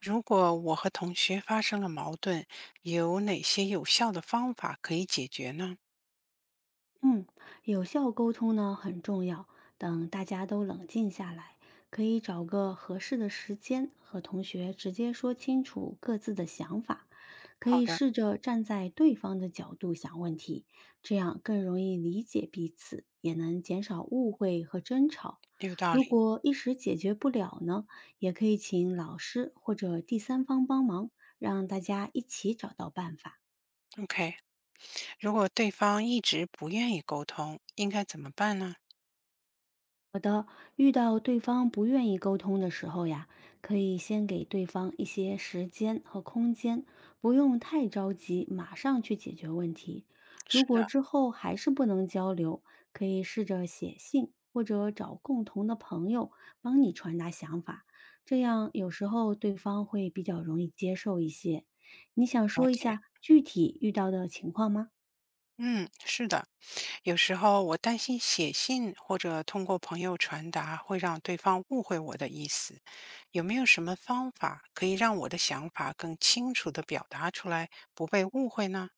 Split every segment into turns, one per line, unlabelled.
如果我和同学发生了矛盾，有哪些有效的方法可以解决呢？
嗯，有效沟通呢很重要。等大家都冷静下来，可以找个合适的时间和同学直接说清楚各自的想法，可
好
以
的，
试着站在对方的角度想问题，这样更容易理解彼此，也能减少误会和争吵。
有道
如
理。
果一时解决不了呢，也可以请老师或者第三方帮忙，让大家一起找到办法。
OK，如果对方一直不愿意沟通，应该怎么办呢？
遇到对方不愿意沟通的时候呀，可以先给对方一些时间和空间，不用太着急，马上去解决问题。如
是
果
的，
之后还是不能交流，可以试着写信或者找共同的朋友帮你传达想法，这样有时候对方会比较容易接受一些。你想
了
说一
解。
下具体遇到的情况吗？
嗯，是的。有时候我担心写信或者通过朋友传达会让对方误会我的意思，有没有什么方法可以让我的想法更清楚地表达出来，不被误会呢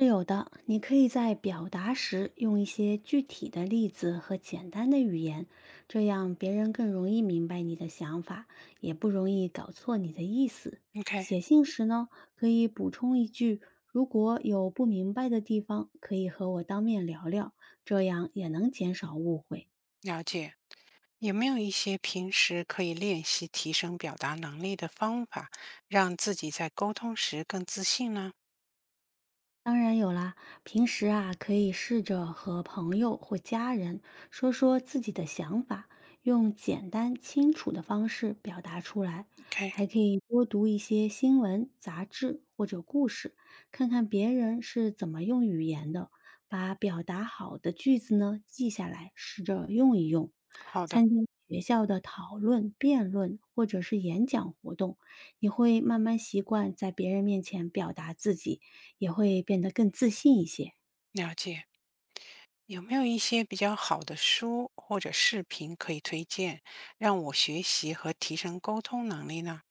是有的，你可以在表达时用一些具体的例子和简单的语言，这样别人更容易明白你的想法，也不容易搞错你的意思。
？OK，
写信时呢，可以补充一句：如果有不明白的地方，可以和我当面聊聊，这样也能减少误会。
了解。有没有一些平时可以练习提升表达能力的方法，让自己在沟通时更自信呢
当然有啦，平时啊，可以试着和朋友或家人说说自己的想法，用简单清楚的方式表达出来。
？OK，
还可以多读一些新闻、杂志或者故事，看看别人是怎么用语言的，把表达好的句子呢记下来，试着用一用。
好的，
参加学校的讨论、辩论或者是演讲活动，你会慢慢习惯在别人面前表达自己。也会变得更自信一些。
了解。有没有一些比较好的书或者视频可以推荐，让我学习和提升沟通能力呢？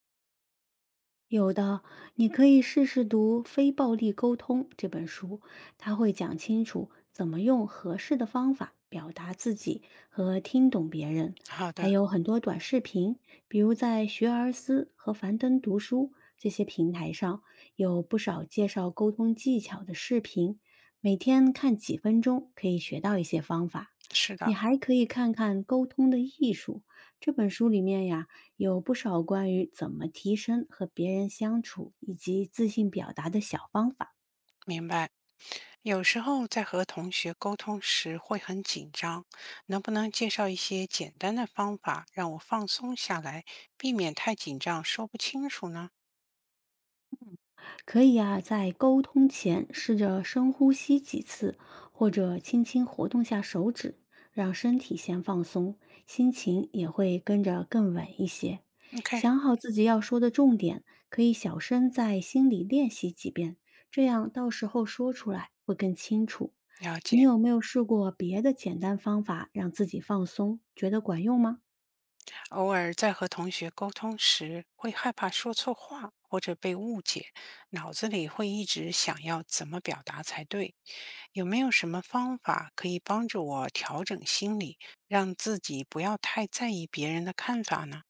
有的，你可以试试读《非暴力沟通》这本书，它会讲清楚怎么用合适的方法表达自己和听懂别人。
好
还
的，
有很多短视频，比如在学而思和樊登读书这些平台上，有不少介绍沟通技巧的视频，每天看几分钟可以学到一些方法。
是的，
你还可以看看《沟通的艺术》这本书里面呀，有不少关于怎么提升和别人相处以及自信表达的小方法，
明白。有时候在和同学沟通时会很紧张，能不能介绍一些简单的方法让我放松下来，避免太紧张说不清楚呢
可以啊，在沟通前试着深呼吸几次，或者轻轻活动下手指，让身体先放松，心情也会跟着更稳一些。
？OK，
想好自己要说的重点，可以小声在心里练习几遍，这样到时候说出来会更清楚。
了解，
你有没有试过别的简单方法让自己放松？觉得管用吗？
偶尔在和同学沟通时，会害怕说错话或者被误解，脑子里会一直想要怎么表达才对。有没有什么方法可以帮助我调整心理，让自己不要太在意别人的看法呢？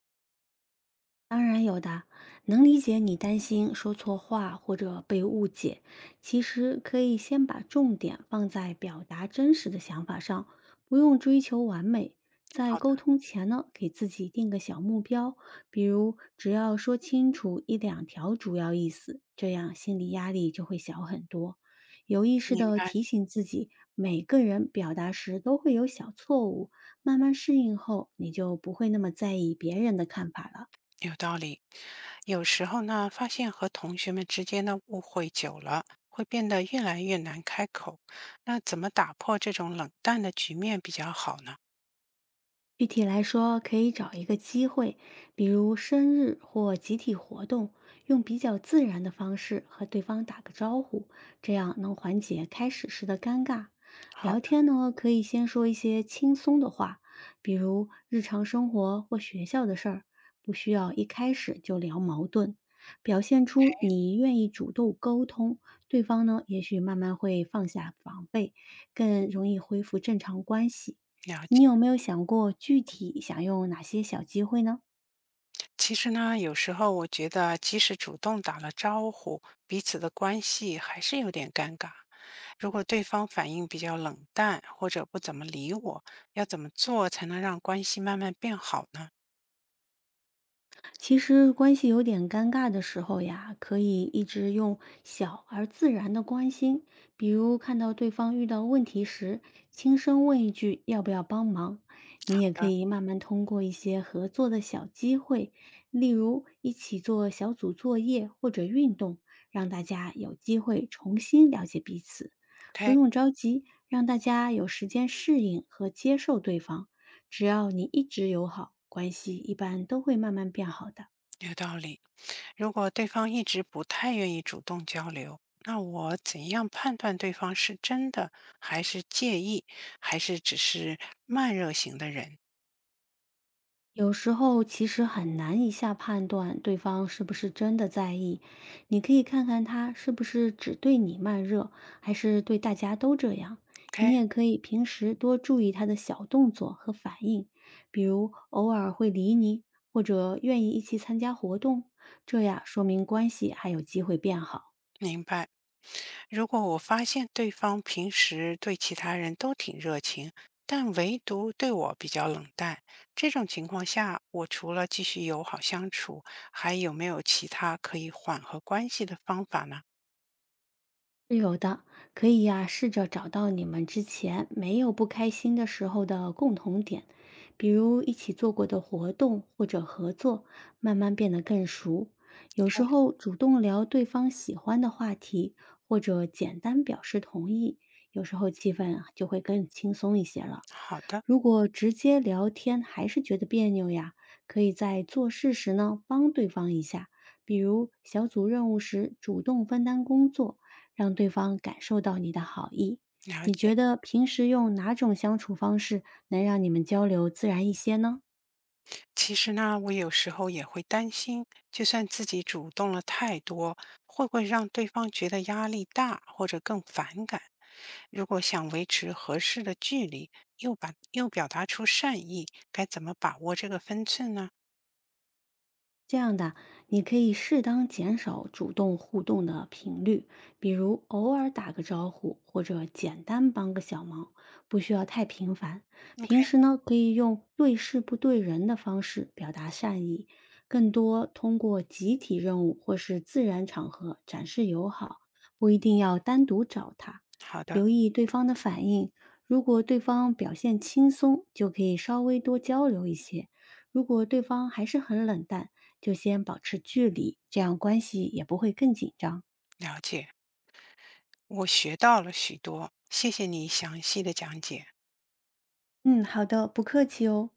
当然有的，能理解你担心说错话或者被误解。其实可以先把重点放在表达真实的想法上，不用追求完美。在
好的，
沟通前呢，给自己定个小目标，比如只要说清楚一两条主要意思，这样心理压力就会小很多。有意识
明
的
白，
提醒自己，每个人表达时都会有小错误，慢慢适应后，你就不会那么在意别人的看法了。
有道理。有时候呢，发现和同学们之间的误会久了，会变得越来越难开口。那怎么打破这种冷淡的局面比较好呢？
具体来说，可以找一个机会，比如生日或集体活动，用比较自然的方式和对方打个招呼，这样能缓解开始时的尴尬。
好
聊
的，
天呢，可以先说一些轻松的话，比如日常生活或学校的事儿，不需要一开始就聊矛盾。表现出你愿意主动沟通，对方呢，也许慢慢会放下防备，更容易恢复正常关系。
了
你
解。
有没有想过具体想用哪些小机会呢？
其实呢，有时候我觉得，即使主动打了招呼，彼此的关系还是有点尴尬。如果对方反应比较冷淡，或者不怎么理我，要怎么做才能让关系慢慢变好呢？
其实关系有点尴尬的时候呀，可以一直用小而自然的关心，比如看到对方遇到问题时，轻声问一句要不要帮忙。你也可
啊
以慢慢通过一些合作的小机会，例如一起做小组作业或者运动，让大家有机会重新了解彼此。不
，OK，
用着急，让大家有时间适应和接受对方。只要你一直友好，关系一般都会慢慢变好的。
有道理。如果对方一直不太愿意主动交流，那我怎样判断对方是真的还是介意，还是只是慢热型的人
有时候其实很难一下判断对方是不是真的在意，你可以看看他是不是只对你慢热，还是对大家都这样。你也
？OK，
可以平时多注意他的小动作和反应，比如偶尔会理你，或者愿意一起参加活动，这样说明关系还有机会变好。
明白。如果我发现对方平时对其他人都挺热情，但唯独对我比较冷淡，这种情况下，我除了继续友好相处，还有没有其他可以缓和关系的方法呢？
是有的，可以呀、试着找到你们之前没有不开心的时候的共同点，比如一起做过的活动或者合作，慢慢变得更熟。有时候主动聊对方喜欢的话题，或者简单表示同意，有时候气氛啊就会更轻松一些了。
好的，
如果直接聊天还是觉得别扭呀，可以在做事时呢帮对方一下，比如小组任务时主动分担工作。让对方感受到你的好意。
了
你
解。
觉得平时用哪种相处方式能让你们交流自然一些呢？
其实呢，我有时候也会担心，就算自己主动了太多，会不会让对方觉得压力大或者更反感？如果想维持合适的距离，又把又表达出善意，该怎么把握这个分寸呢
这样的，你可以适当减少主动互动的频率，比如偶尔打个招呼或者简单帮个小忙，不需要太频繁。平
？OK，
时呢，可以用对事不对人的方式表达善意，更多通过集体任务或是自然场合展示友好，不一定要单独找他。
好的，
留意对方的反应，如果对方表现轻松，就可以稍微多交流一些。如果对方还是很冷淡，就先保持距离，这样关系也不会更紧张。
了解，我学到了许多，谢谢你详细的讲解。
嗯，好的，不客气哦。